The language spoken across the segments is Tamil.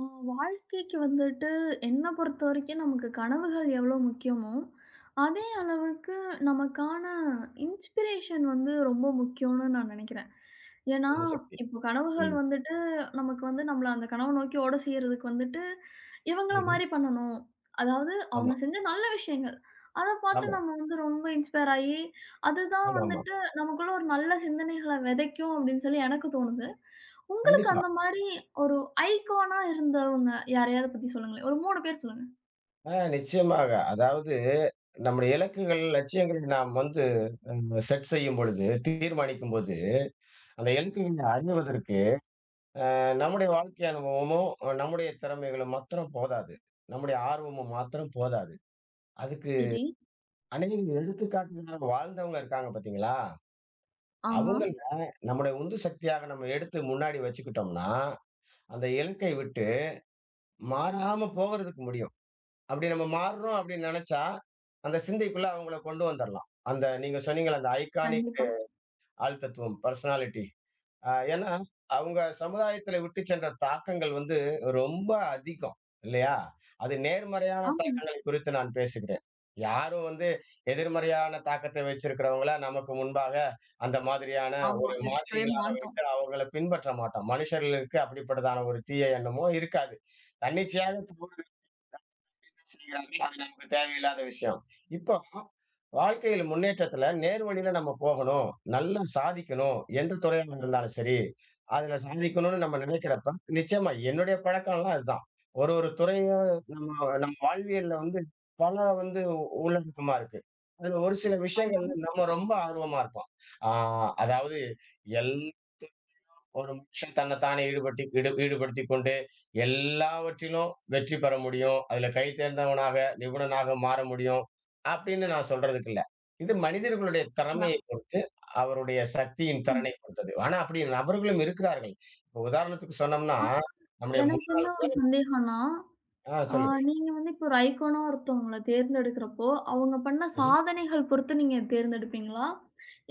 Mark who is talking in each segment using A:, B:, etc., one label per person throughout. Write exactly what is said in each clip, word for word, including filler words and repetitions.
A: ஆ, வாழ்க்கைக்கு வந்துட்டு என்ன பொறுத்தவரைக்கும் நமக்கு கனவுகள் எவ்வளோ முக்கியமோ, அதே அளவுக்கு நமக்கான இன்ஸ்பிரேஷன் வந்து ரொம்ப முக்கியம்னு நான் நினைக்கிறேன். ஏன்னா,
B: உந்து சக்தி.
A: இப்போ கனவுகள்
B: ம்.
A: வந்துட்டு நமக்கு வந்து நம்மள அந்த கனவ நோக்கி ஓட செய்றதுக்கு வந்துட்டு, இவங்கள
B: ம்ஹ்ம்.
A: மாரி பண்ணணும். அதாவது அவங்க
B: ஆமா,
A: செஞ்ச நல்ல விஷயங்கள். அத பார்த்து
B: ஆமா,
A: நம்ம வந்து ரொம்ப இன்ஸ்பயர் ஆயி, அதுதான்
B: ஆமாமா.
A: வந்துட்டு நமக்குள்ள ஒரு நல்ல சிந்தனைகள விதைக்கும் அப்படின்னு சொல்லி எனக்கு தோணுது.
B: கண்டிப்பா.
A: அந்த மாரி ஒரு ஐகானா இருந்தவங்க யாரையாவது பத்தி சொல்லுங்களேன். ஒரு மூணு பேர் சொல்லுங்க.
B: ஆ நிச்சயமாக. அதாவது நம்முடைய இலக்குகள், லட்சியங்கள் நாம் வந்து ம் செட் செய்யும்பொழுது, தீர்மானிக்கும்போது, அந்த இலக்குகளை அடைவதற்கு அ நம்முடைய வாழ்க்கை அனுபவமும், நம்முடைய திறமைகளும் மாத்திரம் போதாது. நம்முடைய ஆர்வமும் மாத்திரம் போதாது. அதுக்கு
A: சரி.
B: அநேக எடுத்துக்காட்டுகளாக வாழ்ந்தவங்க இருக்காங்க பார்த்தீங்களா?
A: ஆமா.
B: அவங்கள நம்முடைய உந்து சக்தியாக நம்ம எடுத்து முன்னாடி வச்சுக்கிட்டோம்னா, அந்த இலக்கை விட்டு மாறாம போகறதுக்கு முடியாது. அப்படி நம்ம மாறுறோம் அப்படின்னு நெனச்சா, அந்த சிந்தைக்குள்ள அவங்கள கொண்டு வந்துரலாம். அந்த நீங்க சொன்னீங்கல்ல அந்த ஐகானிக்
A: கண்டிப்பா.
B: ஆள் தத்துவம், பர்சனாலிட்டி. அ ஏன்னா, அவங்க சமுதாயத்துல விட்டு சென்ற தாக்கங்கள் வந்து ரொம்ப அதிகம். இல்லையா? அது நேர்மறையான
A: ஆமாங்க.
B: தாக்கங்களை குறித்து நான் பேசுகிறேன். யாரும் வந்து எதிர்மறையான தாக்கத்தை வச்சிருக்கிறவங்கள நமக்கு முன்பாக அந்த மாதிரியான
A: ஆமா.
B: ஒரு
A: வச்சுக்கவே
B: மாதிரிகளாக
A: மாட்டோம்.
B: வைத்து அவங்கள பின்பற்ற மாட்டோம். மனுஷர்களுக்கு அப்படிப்பட்டதான ஒரு தீய எண்ணமோ இருக்காது. தன்னிச்சையாக செய்கிறார்கள். அது நமக்கு தேவையில்லாத விஷயம். இப்போ வாழ்க்கையில முன்னேற்றத்துல நேர்வழியில நம்ம போகணும். நல்லா சாதிக்கணும். எந்த துறையாக இருந்தாலும் சரி, அதுல சாதிக்கணும்னு நம்ம நினைக்கிறப்ப, நிச்சயமா என்னுடைய பழக்கம்லாம் இதுதான். ஒரு ஒரு துறையும் நம்ம நம்ம வாழ்வியல்ல வந்து பல வந்து உள்ளடக்கமா இருக்கு. அதுல ஒரு சில
A: ஆமா.
B: விஷயங்கள்ல நம்ம ரொம்ப ஆர்வமா இருப்போம். ஆ அதாவது எல் ஒரு மனுஷன் தன்னைத்தானே ஈடுபட்டு ஈடு ஈடுபடுத்திக் கொண்டு எல்லாவற்றிலும் வெற்றி பெற முடியும். அதுல கை தேர்ந்தவனாக, நிபுணனாக மாற முடியும். அப்படின்னு நான் சொல்றதுக்கு இல்ல. இது மனிதர்களுடைய
A: யா.
B: திறமையைப் பொறுத்து, அவருடைய சக்தியின்
A: ஆமாங்க.
B: திறனை பொறுத்தது. ஆனா அப்படி நபர்களும் இருக்கிறார்கள். இப்ப உதாரணத்துக்கு சொன்னோம்னா,
A: ஆனா
B: நம்முடைய முன்
A: எனக்கு என்ன ஒரு சந்தேகம்னா,
B: ஆ
A: ஆ
B: சொல்லுங்க.
A: நீங்க வந்து இப்போ ஒரு ஐகானா ஒருத்தவங்கள தேர்ந்தெடுக்கிறப்போ, அவங்க பண்ண
B: ம்ஹ்ம்.
A: சாதனைகள் பொறுத்து நீங்க தேர்ந்தெடுப்பீங்களா?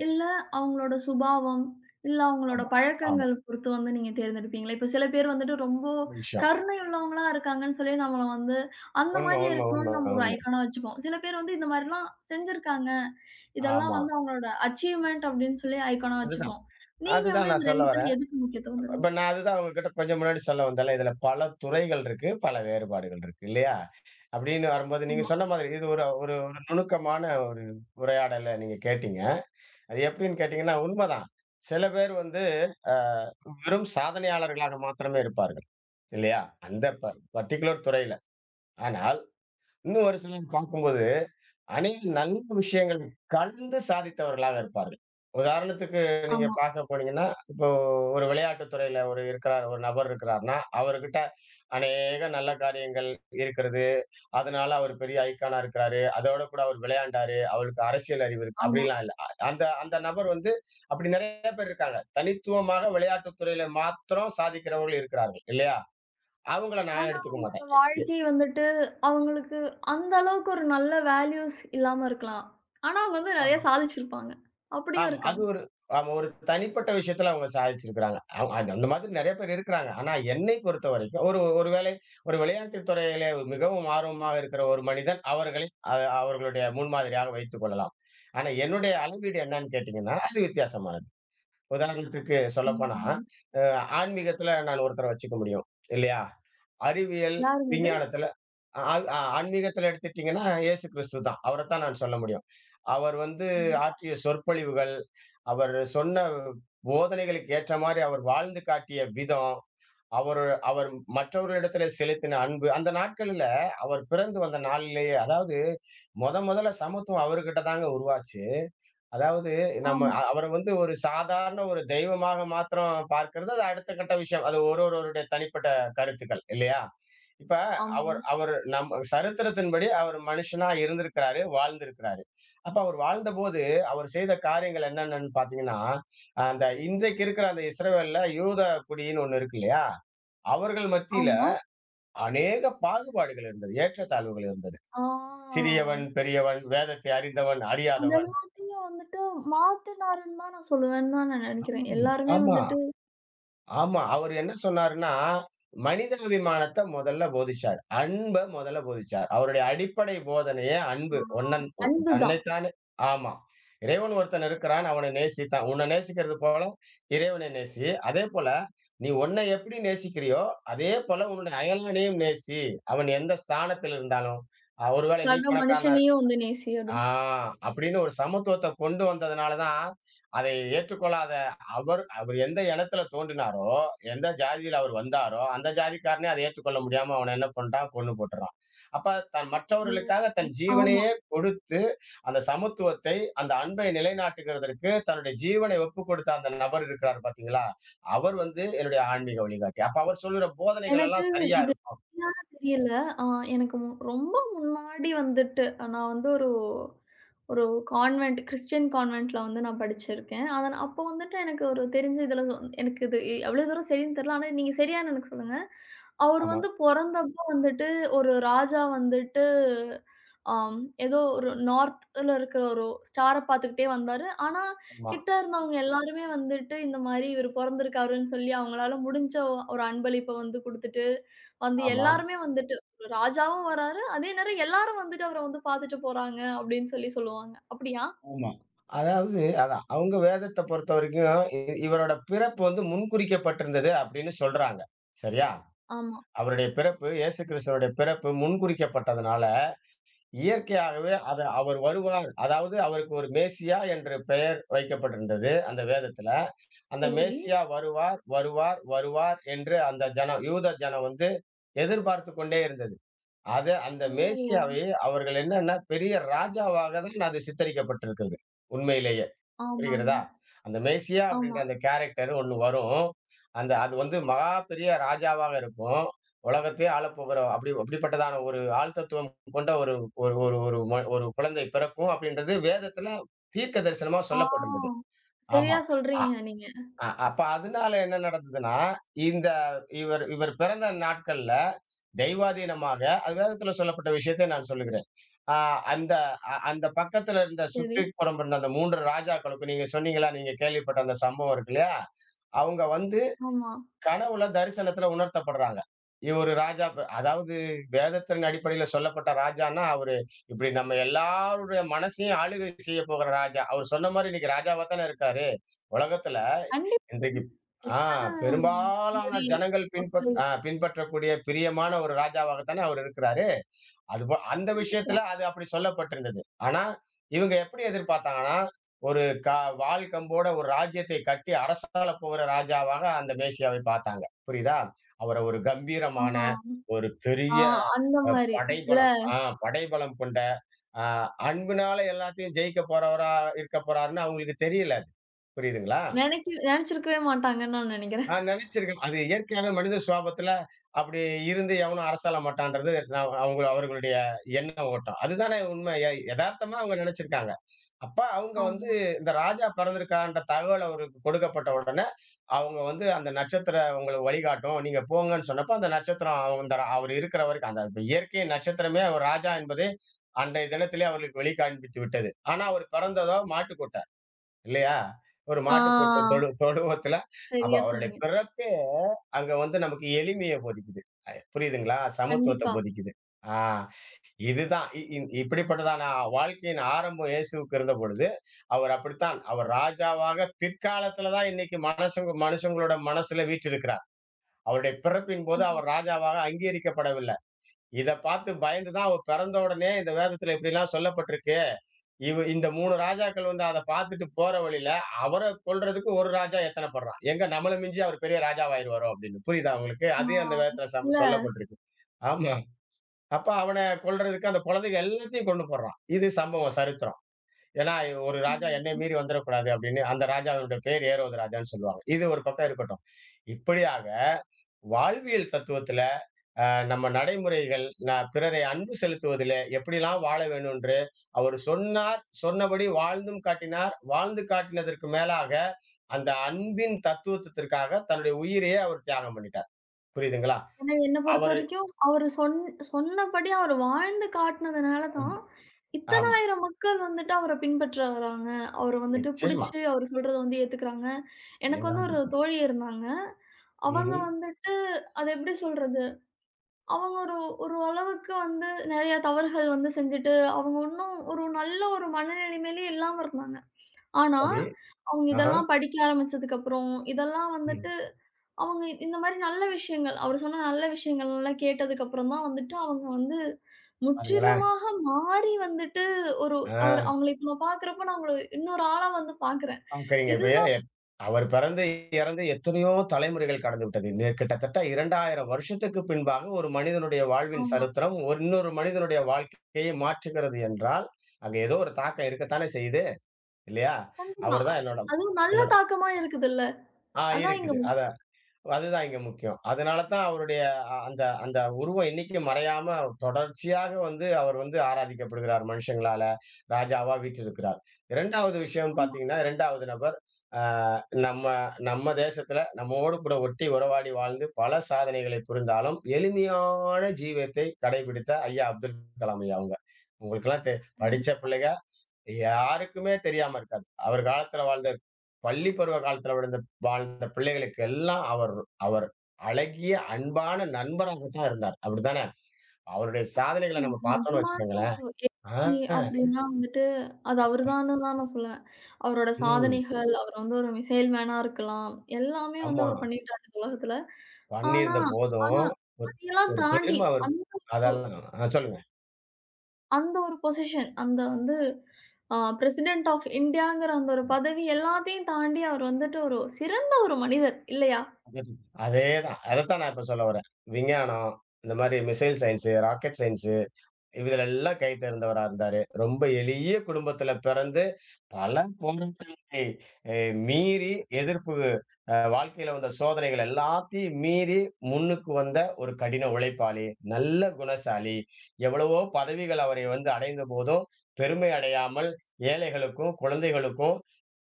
A: இல்ல அவங்களோட சுபாவம், இல்ல அவங்களோட
B: ஆமா, ஆமா.
A: பழக்கங்கள் பொறுத்து வந்து நீங்க தேர்ந்தெடுப்பீங்களா? இப்ப சில பேர் வந்துட்டு ரொம்ப
B: நல்ல விஷயம்.
A: கருணை உள்ளவங்களா இருக்காங்கன்னு சொல்லி நம்மள வந்து அந்த
B: உண்ம,
A: மாரி
B: உண்ம,
A: இருக்கணும்னு
B: உண்ம,
A: நம்ம ஒரு
B: உண்ம.
A: ஐகானா வச்சுப்போம். சில பேர் வந்து இந்த மாரிலாம் செஞ்சிருக்காங்க. இதெல்லாம்
B: ஆமா.
A: வந்து அவங்களோட அச்சீவ்மென்ட் அப்படின்னு சொல்லி ஐகானா
B: அதுதான்,
A: வச்சுப்போம். நீங்க
B: அதுதான்
A: வந்து
B: நான்
A: இது
B: சொல்ல
A: ரெண்டுத்துல
B: வரேன்.
A: எதுக்கு முக்கியத்துவம்
B: இப்ப
A: தருவீங்க?
B: நான் அதுதான் உங்ககிட்ட கொஞ்சம் முன்னாடி சொல்ல வந்தேன்ல. இதுல பல துறைகள் இருக்கு, பல வேறுபாடுகள் இருக்கு இல்லையா? அப்படின்னு வரும்போது நீங்க
A: ஆமா,
B: சொன்ன மாதிரி இது ஒரு ஒரு ஒரு நுணுக்கமான ஒரு உரையாடல நீங்க கேட்டீங்க. அது எப்படின்னு கேட்டீங்கன்னா, உண்மதான். சில பேர் வந்து அ வெறும் சாதனையாளர்களாக மாத்திரமே இருப்பார்கள். இல்லையா? அந்த ப பர்ட்டிகுலர் துறையில. ஆனால் இன்னும் ஒரு சிலர் பார்க்கும்போது, அநேக நல்ல விஷயங்கள் கலந்து சாதித்தவர்களாக இருப்பார்கள். உதாரணத்துக்கு நீங்க
A: ஆமா,
B: பார்க்க போனீங்கன்னா, இப்போ ஒரு விளையாட்டுத் துறையில ஒரு இருக்கிறார் ஒரு நபர் இருக்கிறார்ன்னா, அவர்கிட்ட அநேக நல்ல காரியங்கள் இருக்கிறது. அதனால அவர் பெரிய ஐகானா இருக்கிறாரு. அதோட கூட அவர் விளையாண்டாரு. அவருக்கு அரசியல் அறிவு இருக்கு.
A: ஆமா.
B: அப்படிலாம் இல்ல. அ அந்த அந்த நபர் வந்து அப்படி நெறைய பேர் இருக்காங்க. தனித்துவமாக விளையாட்டுத் துறையில மாத்திரம் சாதிக்கிறவர்கள் இருக்கிறார்கள். இல்லையா? அவங்கள நான்
A: ஆனா,
B: எடுத்துக்க
A: அவங்களோட
B: மாட்டேன். எ எ
A: வாழ்க்கை வந்துட்டு, அவங்களுக்கு அந்த அளவுக்கு ஒரு நல்ல வேல்யூஸ் இல்லாம இருக்கலாம். ஆனா, அவங்க வந்து நெறைய
B: ஆமா.
A: சாதிச்சிருப்பாங்க. அப்படியும்
B: ஆமா. அது
A: இருக்காங்க.
B: ஒரு ஆமா. ஒரு தனிப்பட்ட விஷயத்துல அவங்க சாதிச்சிருக்கிறாங்க. அவ் அது அந்த மாதிரி நெறைய பேர் இருக்கிறாங்க. ஆனா என்னை பொறுத்தவரைக்கும் ஒரு ஒருவேளை ஒரு விளையாட்டுத் துறையிலே மிகவும் ஆர்வமாக இருக்கிற ஒரு மனிதன் அவர்களை அ அவர்களுடைய முன்மாதிரியாக வைத்துக் கொள்ளலாம். ஆனா என்னுடைய அளவீடு என்னன்னு கேட்டீங்கன்னா, அது வித்தியாசமானது. உதாரணத்துக்கு சொல்லப்போனா,
A: ம்.
B: அ ஆன்மீகத்துல நான் ஒருத்தர வச்சுக்க முடியும். இல்லையா? அறிவியல்,
A: யாருங்க அது?
B: விஞ்ஞானத்துல அ அ ஆன்மீகத்துல எடுத்துட்டீங்கன்னா, இயேசு கிறிஸ்து தான். அவரத்தான் நான் சொல்ல முடியும். அவர் வந்து
A: கண்டிப்பா.
B: ஆற்றிய சொற்பொழிவுகள், அவர் சொன்ன போதனைகளுக்கு ஏற்ற மாரி அவர் வாழ்ந்து காட்டிய விதம், அவரு அவர் மற்றவர்களிடத்துல செலுத்தின அன்பு, அந்த நாட்கள்ல அவர் பிறந்து வந்த நாளிலேயே அதாவது மொத மொதல்ல சமத்துவம் அவர்கிட்ட தாங்க உருவாச்சு. அதாவது நம்ம
A: ஆமா,
B: அ அவர வந்து ஒரு சாதாரண ஒரு தெய்வமாக மாத்திரம் பார்க்கிறது, அது அடுத்த கட்ட விஷயம். அது ஒரு ஒருவருடைய தனிப்பட்ட கருத்துக்கள் இல்லையா? இப்ப அவர்
A: ஆமாங்க.
B: அவர் நம் சரித்திரத்தின்படி அவர் மனுஷனா இருந்திருக்கிறாரு, வாழ்ந்திருக்கிறாரு. அப்ப அவர் வாழ்ந்தபோது, அவர் செய்த காரியங்கள் என்னென்னன்னு பார்த்தீங்கன்னா, அந்த இன்றைக்கு இருக்கிற அந்த இஸ்ரவேல்ல யூத குடின்னு ஒண்ணு இருக்கு இல்லையா? அவர்கள் மத்தியில
A: ஆமா.
B: அநேக பாகுபாடுகள் இருந்தது. ஏற்றத்தாழ்வுகள் இருந்தது.
A: ஆ
B: சிறியவன், பெரியவன், வேதத்தை அறிந்தவன்,
A: அது
B: அறியாதவன்.
A: எல்லாத்தையும் வந்துட்டு மாத்துனாருன்னு தான் நான் சொல்லுவேன்னு தான் நான்
B: ஆமா,
A: நெனைக்கிறேன். எல்லாருமே
B: ஆமா.
A: வந்துட்டு
B: ஆமா. அவரு என்ன சொன்னாருன்னா, மனிதாபிமானத்த முதல்ல போதிச்சார். அன்ப முதல்ல போதிச்சார். அவருடைய அடிப்படை போதனையே அன்பு.
A: ஆ
B: ஒன்னன் ஒ
A: அன்பு தான்.
B: தன்னைத்தானே ஆமா. இறைவன் ஒருத்தன் இருக்கிறான். அவன நேசித்தான். உன்ன நேசிக்கிறது போல இறைவனை நேசி. அதேபோல நீ உன்னை எப்படி நேசிக்கிறியோ, அதே போல உன்னுடைய அயலானையும் நேசி. அவன் எந்த ஸ்தானத்தில் இருந்தாலும். அ ஒருவேளை நீ
A: சக
B: பணக்காரனா
A: மனுஷனையும் வந்து நேசி
B: ஆ
A: அப்படின்னு.
B: அப்படின்னு ஒரு சமத்துவத்த கொண்டு வந்ததுனால தான், அதை ஏற்றுக்கொள்ளாத அவர் அவர் எந்த இனத்தில தோன்றினாரோ, எந்த ஜாதியில அவர் வந்தாரோ, அந்த ஜாதிக்காரனே அதை ஏற்றுக்கொள்ள முடியாம அவன என்ன பண்றான்? கொன்னு போட்டுறான். அப்ப தன்
A: ஓ!
B: மற்றவர்களுக்காக தன்
A: ஆமா.
B: ஜீவனையே கொடுத்து, அந்த சமத்துவத்தை, அந்த அன்பை நிலைநாட்டுகிறதற்கு தன்னுடைய ஜீவனை ஒப்புக் கொடுத்த அந்த நபர் இருக்கிறார் பார்த்தீங்களா? அவர் வந்து என்னுடைய ஆன்மீக வழிகாட்டி. அப்ப அவர் சொல்லுற போதனைகள்
A: எனக்கு
B: எல்லாம் சரியா
A: இது
B: இருக்கும்.
A: சரியான தெரியல. ஆ எனக்கு மு ரொம்ப முன்னாடி வந்துட்டு, நான் வந்து ஒரு ஒரு கான்வென்ட் கிறிஸ்டியன் கான்வென்ட்ல வந்து நான் படிச்சிருக்கேன். அத அப்போ வந்துட்டு எனக்கு ஒரு தெரிஞ்ச இதுல எனக்கு இது எவ்வளோ தூரம் சரின்னு தெரியல. ஆனா நீங்க சரியான்னு எனக்கு சொல்லுங்க. அவர்
B: ஆமா,
A: வந்து பொறந்தப்போ வந்துட்டு ஒரு ராஜா வந்துட்டு, ஆம் ஏதோ ஒரு நார்த்ல இருக்கிற ஒரு ஸ்டார பார்த்துக்கிட்டே வந்தாரு. ஆனா
B: ஆமா,
A: கிட்ட இருந்தவங்க எல்லாருமே வந்துட்டு இந்த மாரி இவரு பொறந்திருக்காருன்னு சொல்லி, அவங்களால முடிஞ்ச ஒ- ஒரு அன்பளிப்ப வந்து குடுத்துட்டு, வந்து
B: ஆமா.
A: எல்லாருமே வந்துட்டு ஒரு ராஜாவும் வராரு. அதே நேரம் எல்லாரும் வந்துட்டு அவர வந்து பாத்துட்டு போறாங்க அப்படின்னு சொல்லி சொல்லுவாங்க. அப்படியா?
B: ஆமா. அதாவது அதான் அவங்க வேதத்த பொறுத்தவரைக்கும் இ இவரோட பிறப்பு வந்து முன்குறிக்கப்பட்டிருந்தது அப்படின்னு சொல்றாங்க. சரியா?
A: ஆமா.
B: அவருடைய பிறப்பு இயேசு கிறிஸ்துவனுடைய பிறப்பு முன்குறிக்கப்பட்டதுனால, இயற்கையாகவே அது அவர் வருவார். அதாவது அவருக்கு ஒரு மேசியா என்று பெயர் வைக்கப்பட்டிருந்தது அந்த வேதத்துல. அந்த
A: சரி.
B: மேசியா வருவார், வருவார், வருவார் என்று அந்த ஜனம் யூத ஜனம் வந்து எதிர்பார்த்துக் கொண்டே இருந்தது. அது அந்த
A: ஓ!
B: மேசியாவை அவர்கள் என்னன்னா பெரிய ராஜாவாக தான் அது சித்தரிக்கப்பட்டிருக்கிறது. உண்மையிலேயே.
A: ஆமாங்க.
B: புரிகிறதா? அந்த மெர்சியா அப்படின்ற
A: ஆமா.
B: அந்த கேரக்டர் ஒண்ணு வரும். அந்த அது வந்து மகா பெரிய ராஜாவாக இருக்கும். உலகத்தையே ஆளப்போகிற அப்படி அப்படிப்பட்டதான ஒரு ஆள் தத்துவம் கொண்ட ஒரு ஒரு ஒரு ஒரு ம ஒரு குழந்தை பிறக்கும் அப்படின்றது வேதத்துல தீர்க்க தரிசனமா சொல்லப்பட்டிருந்தது.
A: ஆ. சரியா
B: ஆமா.
A: சொல்றீங்க நீங்க.
B: அ அப்ப அதனால என்ன நடந்ததுன்னா, இந்த இவர் இவர் பிறந்த நாட்கள்ல தெய்வாதீனமாக அது வேதத்துல சொல்லப்பட்ட விஷயத்தை நான் சொல்லுகிறேன். ஆ அந்த அ அந்த பக்கத்துல இருந்த
A: சரி.
B: சுற்றுப்புறம் இருந்த அந்த மூன்று ராஜாக்களுக்கும் நீங்க சொன்னீங்களா, நீங்க கேள்விப்பட்ட அந்த சம்பவம் இருக்கு இல்லையா? அவங்க வந்து
A: ஆமா.
B: கனவுல தரிசனத்துல உணர்த்தப்படுறாங்க. இவரு ராஜா ப அதாவது வேதத்தின் அடிப்படையில சொல்லப்பட்ட ராஜான்னா, அவரு இப்படி நம்ம எல்லாருடைய மனசையும் ஆளுகை செய்ய போகிற ராஜா. அவர் சொன்ன மாரி இன்னைக்கு ராஜாவா தானே இருக்காரு, உலகத்துல.
A: கண்டிப்பா.
B: இன்றைக்கு ஆ
A: எத்தன
B: பெரும்பாலான
A: கோடி
B: ஜனங்கள் பின்பற்
A: மக்கள்.
B: அ பின்பற்றக்கூடிய பிரியமான ஒரு ராஜாவாகத்தானே அவர் இருக்கிறாரு. அதுபோ அந்த
A: கண்டிப்பா.
B: விஷயத்துல அது அப்படி சொல்லப்பட்டிருந்தது. ஆனா, இவங்க எப்படி எதிர்பார்த்தாங்கன்னா, ஒரு க வாள் கம்போட ஒரு ராஜ்யத்தை கட்டி அரசாள போகிற ராஜாவாக அந்த மேசியாவை பார்த்தாங்க. புரியுதா? அவர ஒரு
A: ஆ.
B: கம்பீரமான, ஒரு
A: ஆ
B: பெரிய
A: அந்த மாரி. இல்ல.
B: படைபலம் ஆ படைபலம் கொண்ட, அ அன்பினால எல்லாத்தையும் ஜெயிக்க போறவரா இருக்க போறாருன்னு அவங்களுக்கு தெரியல அது. புரியுதுங்களா?
A: நெனைக்க நெனச்சிருக்கவே மாட்டாங்கன்னு நான் நெனைக்கிறேன்.
B: நான் நினைச்சிருக்கேன். அது இயற்கையாவே மனித சுபாவத்துல அப்படி இருந்து எவனும் அரசாள மாட்டான்றது நான் அவங்க அவர்களுடைய எண்ண ஓட்டம். அதுதானே உண்மை. எ எதார்த்தமா அவங்க நினைச்சிருக்காங்க. அப்ப அவங்க வந்து
A: ஆமா.
B: இந்த ராஜா பிறந்திருக்கான்ற தகவல் அவருக்கு கொடுக்கப்பட்ட உடனே, அவங்க வந்து அந்த நட்சத்திரம் உங்களுக்கு வழிகாட்டும். நீங்க போங்கன்னு சொன்னப்ப, அந்த நட்சத்திரம் அந்த அவர் இருக்கிற வரைக்கும் அந்த இயற்கையின் நட்சத்திரமே அவர் ராஜா என்பதை அன்றைய தினத்திலே அவர்களுக்கு வெளிக்காண்பித்து விட்டது. ஆனா அவர் பிறந்ததோ மாட்டுக்கொட்டாய். இல்லையா? ஒரு
A: ஆ
B: மாட்டுக் கொட்டு தொழு தொழுவத்துல அப்ப
A: சரியா
B: அவருடைய
A: சொன்னீங்க.
B: பிறப்பே அங்க வந்து நமக்கு எளிமைய போதிக்குது. அ புரியுதுங்களா? சமத்துவத்த
A: கண்டிப்பா.
B: போதிக்குது. ஆ இதுதான் இ இ இப்படிப்பட்டதான வாழ்க்கையின் ஆரம்பம் இயேசுவுக்கு இருந்தபொழுது, அவர் அப்படித்தான். அவர் ராஜாவாக பிற்காலத்துல தான் இன்னைக்கு மனசுங்க மனுஷங்களோட மனசுல வீற்றிருக்கிறார். அவருடைய பிறப்பின் போது
A: ஆமா.
B: அவர் ராஜாவாக அங்கீகரிக்கப்படவில்லை. இத பார்த்து பயந்து தான் அவர் பிறந்த உடனே இந்த வேதத்துல இப்படிலாம் சொல்லப்பட்டிருக்கே இவ இந்த மூன்று ராஜாக்கள் வந்து அத பார்த்துட்டு போற வழியில, அவர கொல்றதுக்கு ஒரு ராஜா எத்தனப்படுறான். எங்க நம்மள மிஞ்சி அவர் பெரிய ராஜாவாயிருவாரோ அப்படின்னு. புரியுதா உங்களுக்கு?
A: ஆ
B: அதே அந்த வேதத்துல சம்
A: இல்ல.
B: சொல்லப்பட்டிருக்கு. ஆமா. அப்ப அவன கொல்றதுக்கு அந்த குழந்தைங்க எல்லாத்தையும் கொன்னு போடுறான். இது சம்பவம், சரித்திரம். ஏன்னா, ஒரு ராஜா என்னை
A: ம்.
B: மீறி வந்துரக்கூடாது அப்படின்னு அந்த ராஜாவினுடைய பேர் ஏரோது ராஜான்னு சொல்லுவாங்க. இது ஒரு பக்கம் இருக்கட்டும். இப்படியாக வாழ்வியல் தத்துவத்துல நம்ம நடைமுறைகள், ந பிறரை அன்பு செலுத்துவதிலே எப்படிலாம் வாழ வேண்டும் என்று அவர் சொன்னார், சொன்னபடி வாழ்ந்தும் காட்டினார். வாழ்ந்து காட்டினதற்கு மேலாக, அந்த அன்பின் தத்துவத்திற்காக தன்னுடைய உயிரையே அவர் தியாகம் பண்ணிட்டார். புரியுதுங்களா?
A: ஏன்னா என்ன
B: அவரு
A: பொறுத்தவரைக்கும் அவரு சொன் சொன்னபடி அவரு வாழ்ந்து காட்டுனதுனால
B: ம்.
A: தான், இத்தன
B: ஆமா.
A: ஆயிரம் மக்கள் வந்துட்டு அவர பின்பற்ற வராங்க. அவர வந்துட்டு
B: நிச்சயமா.
A: புடிச்சு அவரு சொல்றத வந்து ஏத்துக்குறாங்க. எனக்கு வந்து
B: ஏதாவது
A: ஒரு
B: இருக்கும்.
A: தோழி இருந்தாங்க.
B: ம்ஹ்ம்.
A: அவங்க வந்துட்டு அத எப்படி சொல்றது? அவங்க ஒரு ஒரு அளவுக்கு வந்து நெறைய தவறுகள் வந்து செஞ்சுட்டு, அவங்க இன்னும் ஒரு நல்ல ஒரு மனநிலைமையிலே இல்லாம இருந்தாங்க. ஆனா,
B: சரி.
A: அவங்க
B: ஆஹா.
A: இதெல்லாம் படிக்க ஆரம்பிச்சதுக்கப்புறம், இதெல்லாம்
B: ம்.
A: வந்துட்டு அவங்க இந்த மாரி நல்ல விஷயங்கள் அவர் சொன்ன நல்ல விஷயங்கள்லாம் கேட்டதுக்கப்புறம் தான் வந்துட்டு அவங்க வந்து
B: பாருங்களேன்.
A: முற்றிலுமாக மாறி வந்துட்டு ஒரு அவர்
B: ஆ.
A: அவங்கள இப்ப நான் பார்க்குறப்ப நான் அவங்கள இன்னொரு ஆளா வந்து பார்க்குறேன்.
B: பார்க்குறீங்க. இப்ப
A: இதுதான்.
B: ஏன் அவர் பிறந்து, இறந்து எத்தனையோ தலைமுறைகள் கடந்து விட்டது. நே கிட்டத்தட்ட இரண்டாயிரம் வருஷத்துக்கு பின்பாக ஒரு மனிதனுடைய வாழ்வின்
A: ஆமா.
B: சரித்திரம், ஒரு இன்னொரு மனிதனுடைய வாழ்க்கையை மாற்றுகிறது என்றால், அங்க ஏதோ ஒரு தாக்கம் இருக்கத்தானே செய்யுது. இல்லையா?
A: கண்டிப்பா.
B: அவர் தான் என்னோட
A: அதுவும் நல்ல
B: என்னோட
A: தாக்கமா இருக்குதுல்ல.
B: ஆ
A: அதான் இங்க
B: இருக்குது. அத அதுதான் இங்க முக்கியம். அதனால தான் அவருடைய அ அந்த அந்த உருவம் என்னைக்கும் மறையாம தொடர்ச்சியாக வந்து அவர் வந்து ஆராதிக்கப்படுகிறார் மனுஷங்களால. ராஜாவா வீற்றிருக்கிறார். இரண்டாவது
A: முக்கியமா.
B: பார்த்தீங்கன்னா, இரண்டாவது அ நம்ம நம்ம தேசத்துல நம்மோடு கூட ஒட்டி உறவாடி வாழ்ந்து பல சாதனைகளை புரிந்தாலும், எளிமையான ஜீவியத்தை கடைபிடித்த ஐயா அப்துல் கலாம் ஐயா அவங்க. உங்களுக்கெல்லாம் தெ படிச்ச பிள்ளைக யாருக்குமே தெரியாம இருக்காது. அவர் காலத்துல வாழ்ந்த பள்ளி பருவ காலத்துல விழுந்த வாழ்ந்த பிள்ளைகளுக்கு எல்லாம் அவர் அவர் அழகிய, அன்பான நண்பராக தான் இருந்தார். அப்படித்தானே? அவருடைய சாதனைகள
A: ம்,
B: நம்ம பார்த்தோம்ன்னு
A: நிஜமான
B: வச்சுக்கோங்களேன்.
A: ஒரு
B: ஆ,
A: எதிரி அப்படின்னா வந்துட்டு, அது அவரு தான்னு தான் நான் சொல்லுவேன். அவரோட
B: ம்.
A: சாதனைகள், அவர் வந்து ஒரு மிசைல் மேனா இருக்கலாம். எல்லாமே வந்து
B: ஆமா.
A: அவரு பண்ணிட்டாரு இந்த உலகத்துல. ஆனா
B: பண்ணியிருந்த
A: ஆனா
B: போதும், ஒரு
A: அதையெல்லாம்
B: ஒரு
A: தாண்டி
B: பெருமை அவர்
A: அந்
B: அதெல்லாம் ஆ சொல்லுங்க.
A: அந்த ஒரு பொசிஷன், அந்த வந்து அ பிரசிடென்ட் ஆஃப் இந்தியாங்கிற அந்த ஒரு பதவி எல்லாத்தையும் தாண்டி அவர் வந்துட்டு ஒரு சிறந்த ஒரு மனிதர் இல்லையா?
B: அதேதான். அதத்தான் நான் இப்ப சொல்ல வரேன். விஞ்ஞானம், இந்த மாரி மிசைல் சயன்ஸ், ராக்கெட் சயன்ஸ் இதுலெல்லாம் கை தேர்ந்தவரா இருந்தாரு. ரொம்ப எளிய குடும்பத்தில பிறந்து, பல போராட்டங்களை அ மீறி எதிர்ப்பு அ வாழ்க்கையில வந்த சோதனைகள் எல்லாத்தையும் மீறி முன்னுக்கு வந்த ஒரு கடின உழைப்பாளி, நல்ல குணசாலி. எவ்வளவோ பதவிகள் அவரை வந்து அடைந்த போதும், பெருமை அடையாமல் ஏழைகளுக்கும், குழந்தைகளுக்கும்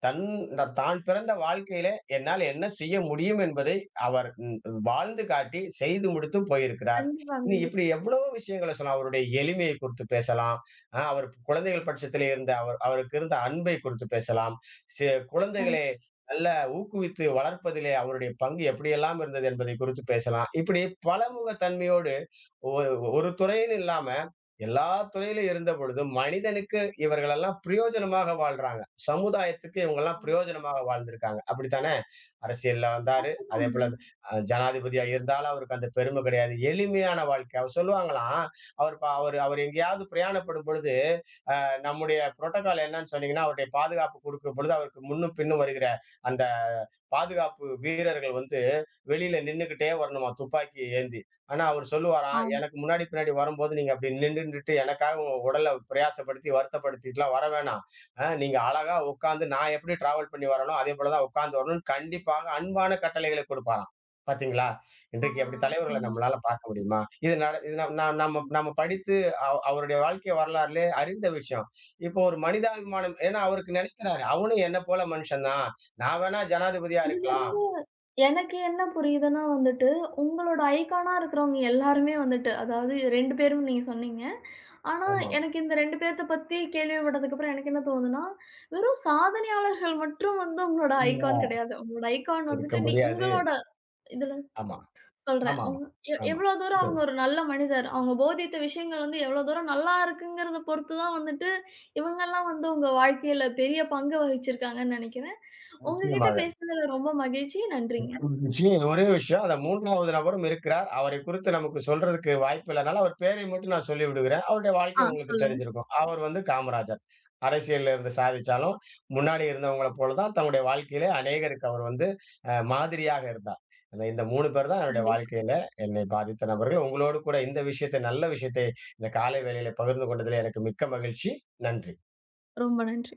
B: தன் த- தான் பிறந்த வாழ்க்கையில என்னால் என்ன செய்ய முடியும் என்பதை அவர் ம் வாழ்ந்து காட்டி, செய்து முடித்து போயிருக்கிறார்.
A: கண்டிப்பா,
B: நீ
A: கண்டிப்பா,
B: இப்படி எவ்வளவோ விஷயங்கள சொல்லலாம். அவருடைய எளிமையை குறித்து பேசலாம். அ அவர் குழந்தைகள் பட்சத்திலே இருந்த அவர் அவருக்கு இருந்த அன்பை குறித்து பேசலாம். சி குழந்தைகளை
A: கண்டிப்பா.
B: நல்ல ஊக்குவித்து வளர்ப்பதிலே அவருடைய பங்கு எப்படியெல்லாம் இருந்தது என்பதை குறித்து பேசலாம். இப்படி பலமுக தன்மையோடு ஒ ஒரு துறைன்னு இல்லாம, எல்லா துறையிலும் இருந்தபொழுதும், மனிதனுக்கு இவர்களெல்லாம் பிரயோஜனமாக வாழ்றாங்க. சமுதாயத்துக்கு இவங்கலாம்
A: ஆமா.
B: பிரயோஜனமாக வாழ்ந்திருக்காங்க. அப்படித்தானே? அரசியல்ல வந்தாரு.
A: கண்டிப்பாங்க.
B: அதேபோல அ ஜனாதிபதியா இருந்தாலும் அவருக்கு அந்த பெருமை கிடையாது. எளிமையான வாழ்க்கை. அவர் சொல்லுவாங்களாம், அவர் ப அவரு அவர் எங்கேயாவது பிரயாணப்படும் பொழுது நம்முடைய புரோட்டோகால் என்னன்னு சொன்னீங்கன்னா, அவருடைய பாதுகாப்பு குடுக்கும் பொழுது, அவருக்கு முன்னும் பின்னும் வருகிற அந்த பாதுகாப்பு வீரர்கள் வந்து வெளியில நின்னுக்கிட்டே வரணுமாம் துப்பாக்கி ஏந்தி. ஆனா, அவரு சொல்லுவாராம்,
A: ஆமா.
B: "எனக்கு முன்னாடி, பின்னாடி வரும்போது நீங்க அப்படி நின்னுன்டுட்டு எனக்காக உங்க உடல பிரயாசப்படுத்தி, வருத்தப்படுத்திட்டுலாம் வர வேணாம். அ நீங்க அழகா உட்கார்ந்து நான் எப்படி டிராவல் பண்ணி வரேனோ, அதே போல தான் உட்கார்ந்து வரணும்னு" கண்டிப்பாக அன்பான கட்டளைகளை குடுப்பாராம். பாத்தீங்களா? இன்றைக்கு அப்படி தலைவர்கள
A: சொன்னீங்க.
B: நம்மளால பார்க்க முடியுமா? இது நட இது நம் நம் நம்ம நம்ம படித்து அவ் அவருடைய வாழ்க்கை வரலாறுலே அறிந்த விஷயம். இப்போ ஒரு மனிதாபிமானம் ஏன்னா அவருக்கு நினைக்கிறாரு, அவனும் என்ன போல மனுஷன் தான். நான் வேணா ஜனாதிபதியா
A: இதுவே
B: இருக்கலாம்.
A: எனக்கு என்ன புரியுதுன்னா வந்துட்டு, உங்களோட ஐகானா இருக்கிறவங்க எல்லாருமே வந்துட்டு, அதாவது ரெண்டு பேருன்னு நீங்க சொன்னீங்க. ஆனா,
B: ஆமாம்.
A: எனக்கு இந்த ரெண்டு பேத்த பத்தி கேள்விப்பட்டதுக்கப்புறம் எனக்கு என்ன தோணுதுன்னா, வெறும் சாதனையாளர்கள் மட்டும் வந்து உங்களோட
B: இல்லையா?
A: ஐகான் கிடையாது. உங்களோட ஐகான்
B: இருக்க
A: வந்துட்டு நீ
B: முடியாது.
A: உங்களோட இதுல
B: ஆமா.
A: சொல்றேன்.
B: ஆமாமா. ஆமா.
A: உங்க எ
B: ஆமா
A: எவ்வளோ தூரம் அவங்க
B: நிச்சயம்.
A: ஒரு நல்ல மனிதர், அவங்க போதித்த விஷயங்கள் வந்து எவ்வளோ தூரம் நல்லா இருக்குங்கிறத பொறுத்து தான் வந்துட்டு, இவங்கலாம் வந்து உங்க வாழ்க்கையில பெரிய பங்கு வகிச்சிருக்காங்கன்னு நெனைக்கிறேன். உங்ககிட்ட
B: நிச்சயமாக.
A: பேசுனதுல ரொம்ப மகிழ்ச்சி. நன்றிங்க.
B: விஷயம் ஒரே விஷயம். அந்த மூன்றாவது இருக்கிறார். அவரை குறித்து நமக்கு சொல்றதுக்கு வாய்ப்பு இல்லனால, அவர் பேரை மட்டும் நான் சொல்லிவிடுகிறேன். அவருடைய வாழ்க்கை
A: ஆ
B: உங்களுக்கு
A: சொல்லுங்க.
B: தெரிஞ்சிருக்கும். அவர் வந்து காமராஜர். அரசியல்ல இருந்து சாதிச்சாலும், முன்னாடி இருந்தவங்கள போல தான் தன்னுடைய வாழ்க்கையிலே அநேகருக்கு அவர் வந்து அ மாதிரியாக இருந்தார். அந்த இந்த மூன்று பேர் தான் என்னுடைய
A: கண்டிப்பா.
B: வாழ்க்கையில என்னை பாதித்த நபர்கள். உங்களோடு கூட இந்த விஷயத்தை நல்ல விஷயத்தை இந்த காலை வேளையில பகிர்ந்து கொண்டதிலே எனக்கு மிக்க மகிழ்ச்சி. நன்றி.
A: ரொம்ப நன்றி.